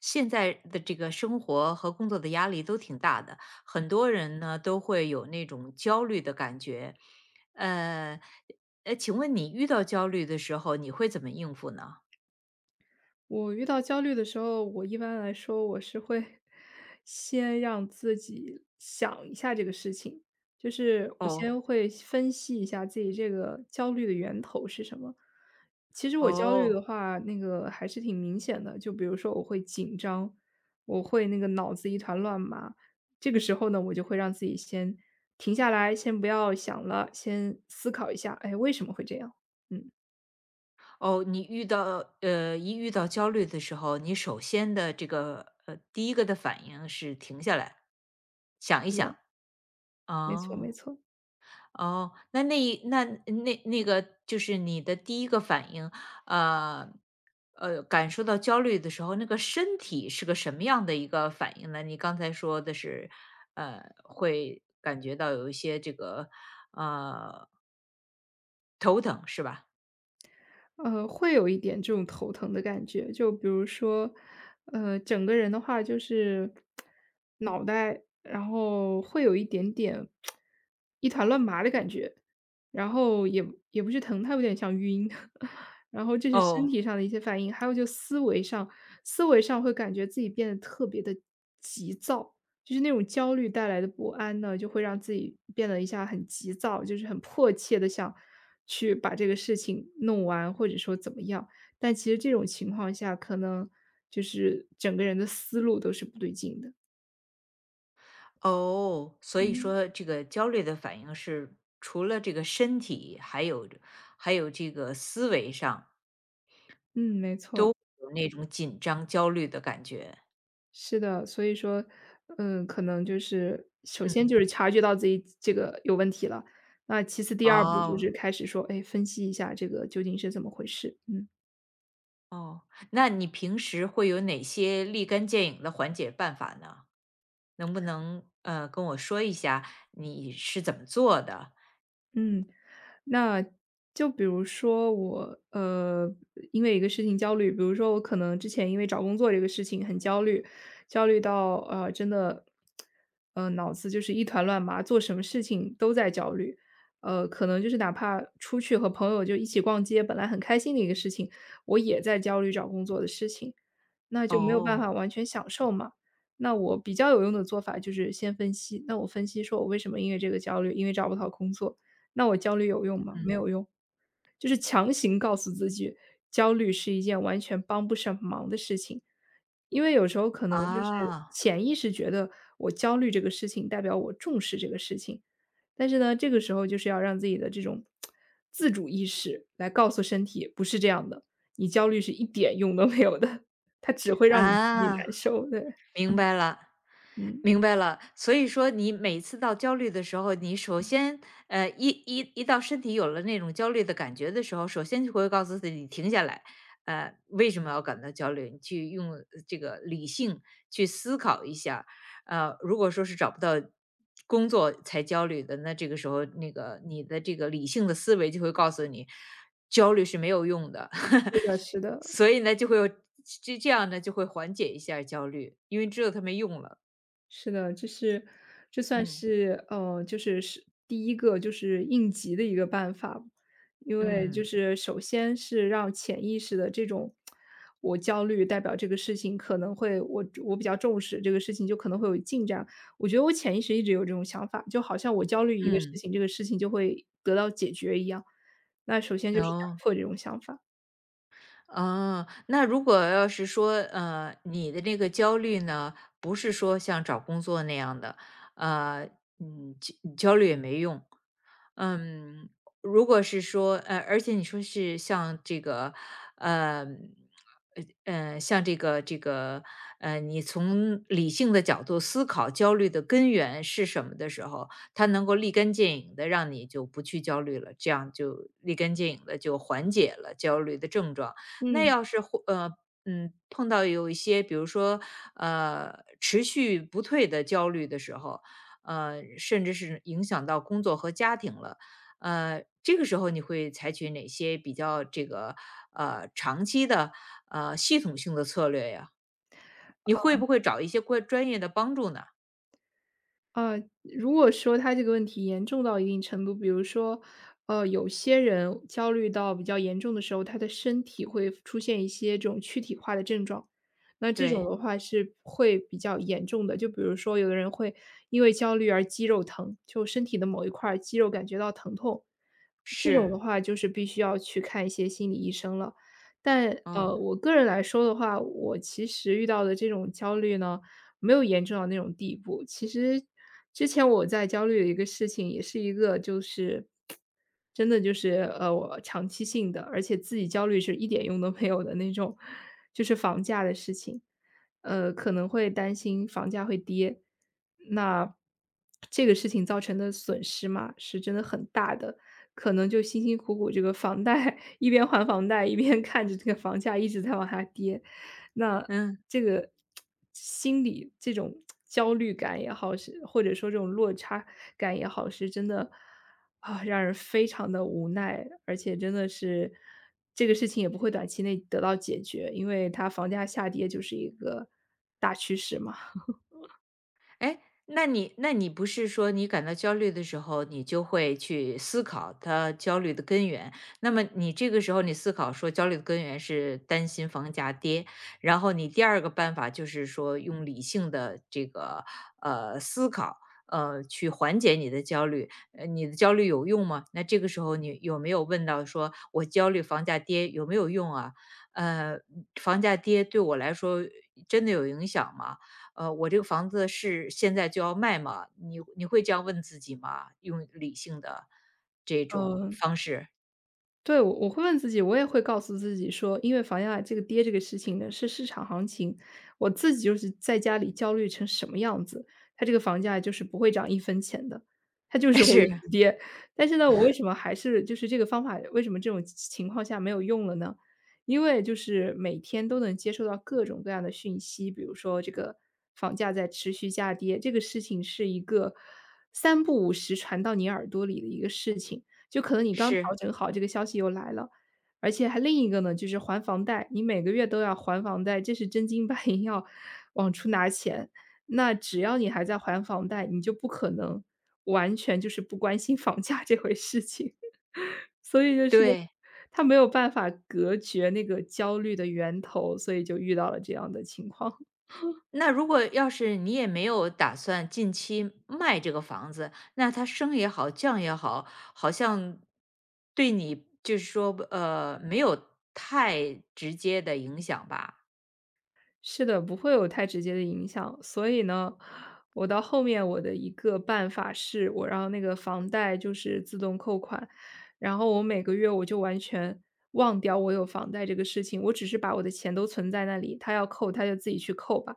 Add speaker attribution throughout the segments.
Speaker 1: 现在的这个生活和工作的压力都挺大的，很多人呢都会有那种焦虑的感觉。呃，请问你遇到焦虑的时候，你会怎么应付呢？
Speaker 2: 我遇到焦虑的时候，我一般来说我是会 先让自己想一下这个事情，就是我
Speaker 1: 哦，
Speaker 2: 先会分析一下自己这个焦虑的源头是什么。其实我焦虑的
Speaker 1: 哦，
Speaker 2: 话，那个还是挺明显的，就比如说我会紧张，我会那个脑子一团乱麻，这个时候呢，我就会让自己先停下来，先不要想了，先思考一下，哎，为什么会这样？嗯，
Speaker 1: 哦，你一遇到焦虑的时候，你首先的这个第一个的反应是停下来
Speaker 2: 是
Speaker 1: 想一
Speaker 2: 的，
Speaker 1: 想。
Speaker 2: 没错，没
Speaker 1: 哦，
Speaker 2: 错。
Speaker 1: 哦，那那一那那那个就是你的第一个反应，呃感受到焦虑的时候，那个身体是个什么样的一个反应呢？你刚才说的是，会感觉到有一些这个呃头疼是吧？
Speaker 2: 会有一点这种头疼的感觉。就比如说，整个人的话就是脑袋，然后会有一点点一团乱麻的感觉，然后也不是疼，它有点像晕。然后这是身
Speaker 1: 哦，
Speaker 2: 体上的一些反应，还有就思维上，思维上会感觉自己变得特别的急躁。就是那种焦虑带来的不安呢，就会让自己变得一下很急躁，就是很迫切的想去把这个事情弄完，或者说怎么样。但其实这种情况下，可能就是整个人的思路都是不对劲的。
Speaker 1: 哦，所以
Speaker 2: 嗯。
Speaker 1: 说这个焦虑的反应是除了这个身体，还有这个思维上
Speaker 2: 嗯，没错，
Speaker 1: 都有那种紧张焦虑的感觉。
Speaker 2: 是的。所以说，嗯，可能就是首先
Speaker 1: 嗯，
Speaker 2: 就是察觉到自己这个有问题了，那其次第二步就
Speaker 1: 哦，
Speaker 2: 是开始说，哎，分析一下这个究竟是怎么回事。嗯。
Speaker 1: 哦，那你平时会有哪些立竿见影的缓解办法呢？能不能跟我说一下你是怎么做的？
Speaker 2: 嗯。那就比如说我，因为一个事情焦虑，比如说我可能之前因为找工作这个事情很焦虑，焦虑到真的，脑子就是一团乱麻，做什么事情都在焦虑。可能就是哪怕出去和朋友就一起逛街，本来很开心的一个事情，我也在焦虑找工作的事情，那就没有办
Speaker 1: 哦，
Speaker 2: 法完全享受嘛。那我比较有用的做法就是先分析，那我分析说我为什么因为这个焦虑，因为找不到工作，那我焦虑有用吗？没
Speaker 1: 嗯，
Speaker 2: 有用。就是强行告诉自己，焦虑是一件完全帮不上忙的事情。因为有时候可能就是
Speaker 1: 啊，
Speaker 2: 潜意识觉得我焦虑这个事情代表我重视这个事情，但是呢，这个时候就是要让自己的这种自主意识来告诉身体，不是这样的，你焦虑是一点用都没有的，它只会让你自己
Speaker 1: 啊，
Speaker 2: 难受。对，
Speaker 1: 明白了。
Speaker 2: 嗯，
Speaker 1: 明白了，所以说你每次到焦虑的时候，你首先，一到身体有了那种焦虑的感觉的时候，首先就会告诉自己停下来，为什么要感到焦虑？你去用这个理性去思考一下，如果说是找不到工作才焦虑的，那这个时候那个你的这个理性的思维就会告诉你，焦虑是没有用的，
Speaker 2: 是的，是的。
Speaker 1: 所以呢，就会这样呢就会缓解一下焦虑，因为知道它没用了，
Speaker 2: 是的，这是这算
Speaker 1: 嗯。
Speaker 2: 是就是是第一个就是应急的一个办法。因为就
Speaker 1: 嗯，
Speaker 2: 是首先是让潜意识的这种我焦虑，代表这个事情可能会我比较重视这个事情，就可能会有进展。我觉得我潜意识一直有这种想法，就好像我焦虑一个事
Speaker 1: 嗯，
Speaker 2: 情，这个事情就会得到解决一样。那首先就是打
Speaker 1: 哦，
Speaker 2: 破这种想法。
Speaker 1: 哦，那如果要是说，你的那个焦虑呢，不是说像找工作那样的，呃，嗯，焦虑也没用，嗯，如果是说，而且你说是呃，像这个，你从理性的角度思考焦虑的根源是什么的时候，它能够立竿见影的让你就不去焦虑了，这样就立竿见影的就缓解了焦虑的症状。那
Speaker 2: 嗯。
Speaker 1: 要是碰到有一些，比如说持续不退的焦虑的时候，甚至是影响到工作和家庭了。这个时候你会采取哪些比较这个长期的系统性的策略呀？你会不会找一些专业的帮助呢？
Speaker 2: 如果说他这个问题严重到一定程度，比如说，有些人焦虑到比较严重的时候，他的身体会出现一些这种躯体化的症状，那这种
Speaker 1: 对，
Speaker 2: 的话是会比较严重的。就比如说，有的人会因为焦虑而肌肉疼，就身体的某一块儿肌肉感觉到疼痛，这种
Speaker 1: 是，
Speaker 2: 的话就是必须要去看一些心理医生了。但
Speaker 1: 哦，
Speaker 2: 我个人来说的话，我其实遇到的这种焦虑呢，没有严重到那种地步。其实之前我在焦虑的一个事情，也是一个就是真的就是，我长期性的，而且自己焦虑是一点用都没有的那种，就是房价的事情。可能会担心房价会跌，那这个事情造成的损失嘛，是真的很大的。可能就辛辛苦苦这个房贷 一边还房贷，一边看着这个房价一直在往下跌，那
Speaker 1: 嗯。
Speaker 2: 这个心理这种焦虑感也好，是或者说这种落差感也好，是真的啊，让人非常的无奈，而且真的是这个事情也不会短期内得到解决，因为它房价下跌就是一个大趋势嘛。
Speaker 1: 哎，那你不是说你感到焦虑的时候，你就会去思考它焦虑的根源？那么你这个时候你思考说焦虑的根源是担心房价跌，然后你第二个办法就是说用理性的这个思考。去缓解你的焦虑，你的焦虑有用吗？那这个时候你有没有问到说，我焦虑房价跌有没有用啊？呃，房价跌对我来说真的有影响吗？我这个房子是现在就要卖吗？你会这样问自己吗？用理性的这种
Speaker 2: 嗯、
Speaker 1: 方式，
Speaker 2: 对，我会问自己，我也会告诉自己说，因为房价这个跌这个事情呢，是市场行情。我自己就是在家里焦虑成什么样子，它这个房价就是不会涨一分钱的，它就是 会一
Speaker 1: 是，
Speaker 2: 直跌。但是呢，我为什么还是就是这个方法，为什么这种情况下没有用了呢？因为就是每天都能接受到各种各样的讯息，比如说这个房价在持续下跌，这个事情是一个三不五时传到你耳朵里的一个事情。就可能你刚调
Speaker 1: 是，
Speaker 2: 整好，这个消息又来了。而且还另一个呢，就是还房贷，你每个月都要还房贷，这是真金白银要往出拿钱。那只要你还在还房贷，你就不可能完全就是不关心房价这回事情。所以就是
Speaker 1: 对。
Speaker 2: 他没有办法隔绝那个焦虑的源头，所以就遇到了这样的情况。
Speaker 1: 那如果要是你也没有打算近期卖这个房子，那它升也好，降也好，好像对你就是说，没有太直接的影响吧？
Speaker 2: 是的，不会有太直接的影响。所以呢，我到后面我的一个办法是，我让那个房贷就是自动扣款，然后我每个月我就完全忘掉我有房贷这个事情，我只是把我的钱都存在那里，他要扣他就自己去扣吧。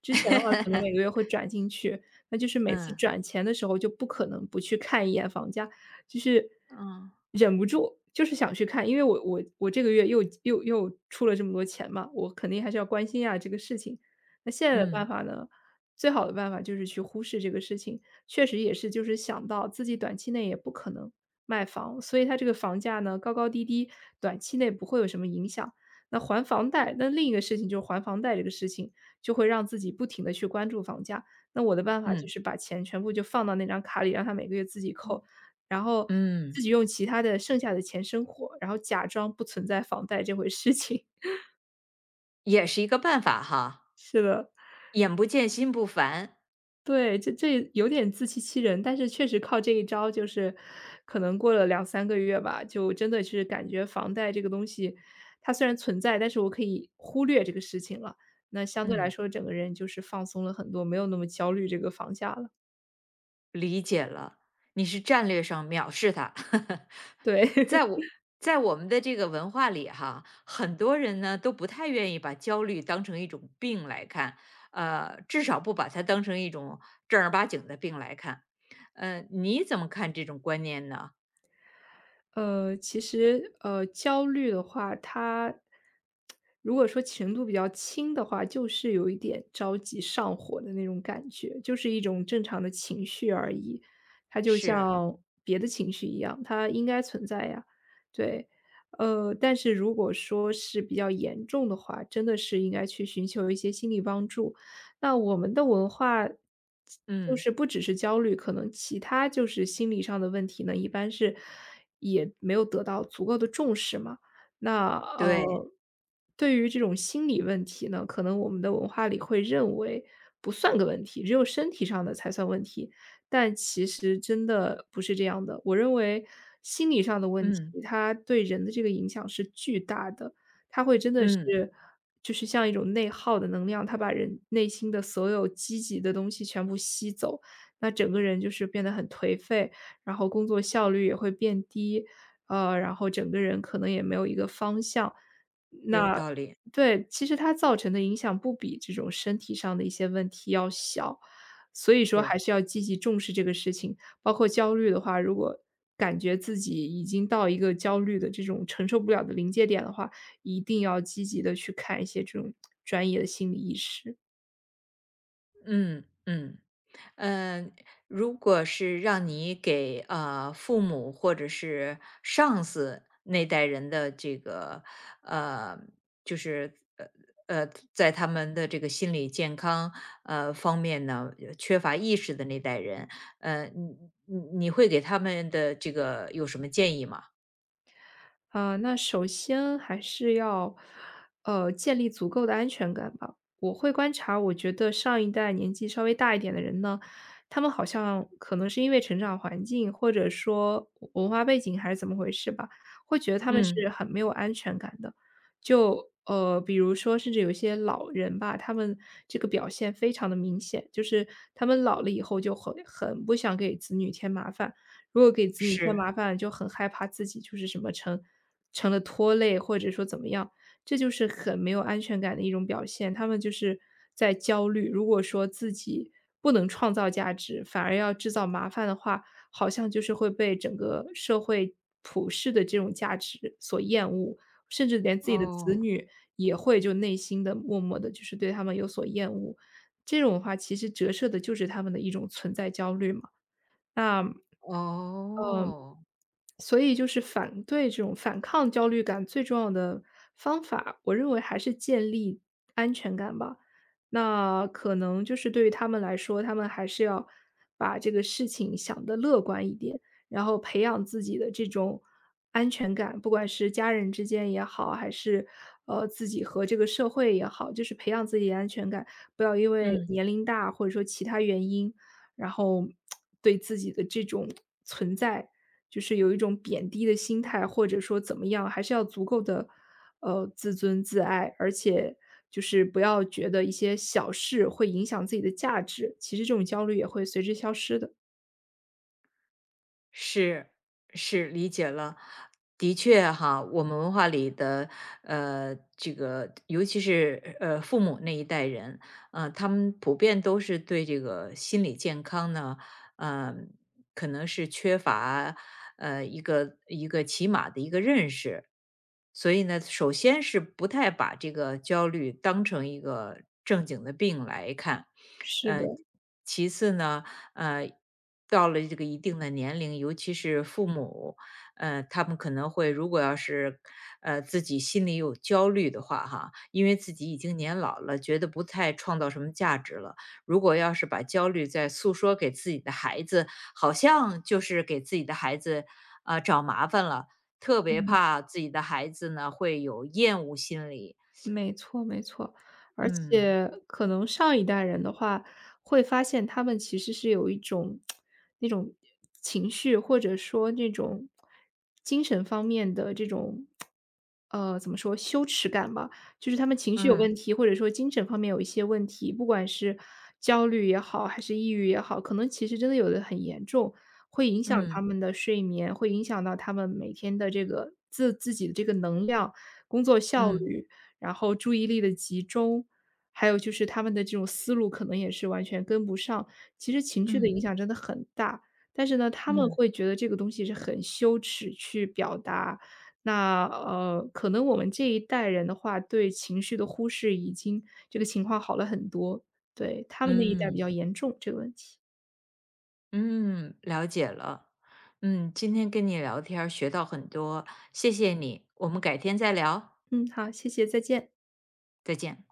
Speaker 2: 之前的话可能 每个月会转进去，那就是每次
Speaker 1: 嗯，
Speaker 2: 转钱的时候就不可能不去看一眼房价，就是
Speaker 1: 嗯，
Speaker 2: 忍不住，就是想去看。因为我这个月又出了这么多钱嘛，我肯定还是要关心啊这个事情。那现在的办
Speaker 1: 嗯，
Speaker 2: 法呢，最好的办法就是去忽视这个事情。确实也是，就是想到自己短期内也不可能卖房，所以它这个房价呢高高低低，短期内不会有什么影响。那还房贷，那另一个事情就是还房贷这个事情，就会让自己不停的去关注房价。那我的办法就
Speaker 1: 嗯，
Speaker 2: 是把钱全部就放到那张卡里，让他每个月自己扣。然后自
Speaker 1: 嗯，
Speaker 2: 己用其他的剩下的钱生活，然后假装不存在房贷这回事情。
Speaker 1: 也是一个办法哈，
Speaker 2: 是的，
Speaker 1: 眼不见心不烦。
Speaker 2: 对，这有点自欺欺人，但是确实靠这一招，就是可能过了两三个月吧，就真的是感觉房贷这个东西，它虽然存在，但是我可以忽略这个事情了。那相对来
Speaker 1: 嗯，
Speaker 2: 说，整个人就是放松了很多，没有那么焦虑这个房价了，
Speaker 1: 理解了。你是战略上藐视他，
Speaker 2: 对。
Speaker 1: 在 我在我们的这个文化里哈，很多人呢都不太愿意把焦虑当成一种病来看，至少不把它当成一种正儿八经的病来看。你怎么看这种观念呢？
Speaker 2: 其实，焦虑的话，它如果说程度比较轻的话，就是有一点着急上火的那种感觉，就是一种正常的情绪而已。它就嗯
Speaker 1: 是，
Speaker 2: 像样它应该存在呀。对，但是如果说是比较严重的话，真的是应该去寻求一些心理帮助。那我们的文化就
Speaker 1: 嗯，
Speaker 2: 是不只是焦虑，可能其他就是心理上的问题呢，一般是也没有得到足够的重视嘛。那
Speaker 1: 对，
Speaker 2: 对于这种心理问题呢，可能我们的文化里会认为不算个问题，只有身体上的才算问题。但其实真的不是这样的。我认为心理上的问题，
Speaker 1: 嗯，
Speaker 2: 它对人的这个影响是巨大的，它会真的是
Speaker 1: 嗯，
Speaker 2: 就是像一种内耗的能量，它把人内心的所有积极的东西全部吸走，那整个人就是变得很颓废，然后工作效率也会变低，然后整个人可能也没有一个方向。
Speaker 1: 有
Speaker 2: 那
Speaker 1: 道理，
Speaker 2: 对，其实它造成的影响不比这种身体上的一些问题要小，所以说还
Speaker 1: 是，
Speaker 2: 是要积极重视这个事情。包括焦虑的话，如果感觉自己已经到一个焦虑的这种承受不了的临界点的话，一定要积极的去看一些这种专业的心理医师。
Speaker 1: 嗯，嗯。嗯，如果是让你给父母或者是上司那代人的这个呃，就是在他们的这个心理健康方面呢，缺乏意识的那代人，呃，你你会给他们的这个有什么建议吗？
Speaker 2: 啊，那首先还是要，建立足够的安全感吧。我会观察，我觉得上一代年纪稍微大一点的人呢，他们好像可能是因为成长环境或者说文化背景还是怎么回事吧，会觉得他们
Speaker 1: 嗯，
Speaker 2: 是很没有安全感的。就比如说，甚至有一些老人吧，他们这个表现非常的明显，就是他们老了以后就很不想给子女添麻烦。如果给子女添
Speaker 1: 是，
Speaker 2: 麻烦了，就很害怕自己就是什么成了拖累，或者说怎么样，这就是很没有安全感的一种表现。他们就是在焦虑，如果说自己不能创造价值，反而要制造麻烦的话，好像就是会被整个社会普世的这种价值所厌恶，甚至连自己的子
Speaker 1: 哦，
Speaker 2: 女也会就内心的默默的，就是对他们有所厌恶。这种的话，其实折射的就是他们的一种存在焦虑嘛。那嗯，
Speaker 1: 哦，
Speaker 2: 所以就是反对这种反抗焦虑感最重要的方法，我认为还是建立安全感吧。那可能就是对于他们来说，他们还是要把这个事情想得乐观一点，然后培养自己的这种安全感，不管是家人之间也好，还是自己和这个社会也好，就是培养自己的安全感，不要因为
Speaker 1: 嗯。
Speaker 2: 年龄大或者说其他原因然后对自己的这种存在，就是有一种贬低的心态，或者说怎么样，还是要足够的自尊自爱，而且就是不要觉得一些小事会影响自己的价值，其实这种焦虑也会随之消失的。
Speaker 1: 是，是，理解了。的确哈，我们文化里的这个尤其是父母那一代人，他们普遍都是对这个心理健康呢，呃，可能是缺乏一个起码的一个认识，所以呢，首先是不太把这个焦虑当成一个正经的病来看，
Speaker 2: 是的，
Speaker 1: 呃，其次呢，呃，到了这个一定的年龄，尤其是父母，他们可能会如果要是，自己心里有焦虑的话哈，因为自己已经年老了，觉得不太创造什么价值了。如果要是把焦虑再诉说给自己的孩子，好像就是给自己的孩子啊、找麻烦了，特别怕自己的孩子呢会有厌恶心理。
Speaker 2: 没错没错，而
Speaker 1: 嗯，
Speaker 2: 且可能上一代人的话，会发现他们其实是有一种那种情绪，或者说那种精神方面的这种，怎么说羞耻感吧，就是他们情绪有
Speaker 1: 嗯，
Speaker 2: 问题，或者说精神方面有一些问题，不管是焦虑也好，还是抑郁也好，可能其实真的有的很严重，会影响他
Speaker 1: 嗯，
Speaker 2: 们的睡眠，会影响到他们每天的这个自己的这个能量、工作效
Speaker 1: 嗯，
Speaker 2: 率。然后注意力的集中，还有就是他们的这种思路可能也是完全跟不上。其实情绪的
Speaker 1: 嗯，
Speaker 2: 影响真的很大，但是呢，他
Speaker 1: 嗯，
Speaker 2: 们会
Speaker 1: 嗯，
Speaker 2: 觉得这个东西是很羞耻去表达。那可能我们这一代人的话，对情绪的忽视已经这个情况好了很多，对，他们那一代比
Speaker 1: 嗯。
Speaker 2: 较严重这个问题。
Speaker 1: 嗯，了解了。嗯，今天跟你聊天儿学到很多，谢谢你，我们改天再聊，
Speaker 2: 嗯，好，谢谢，再见。
Speaker 1: 再见。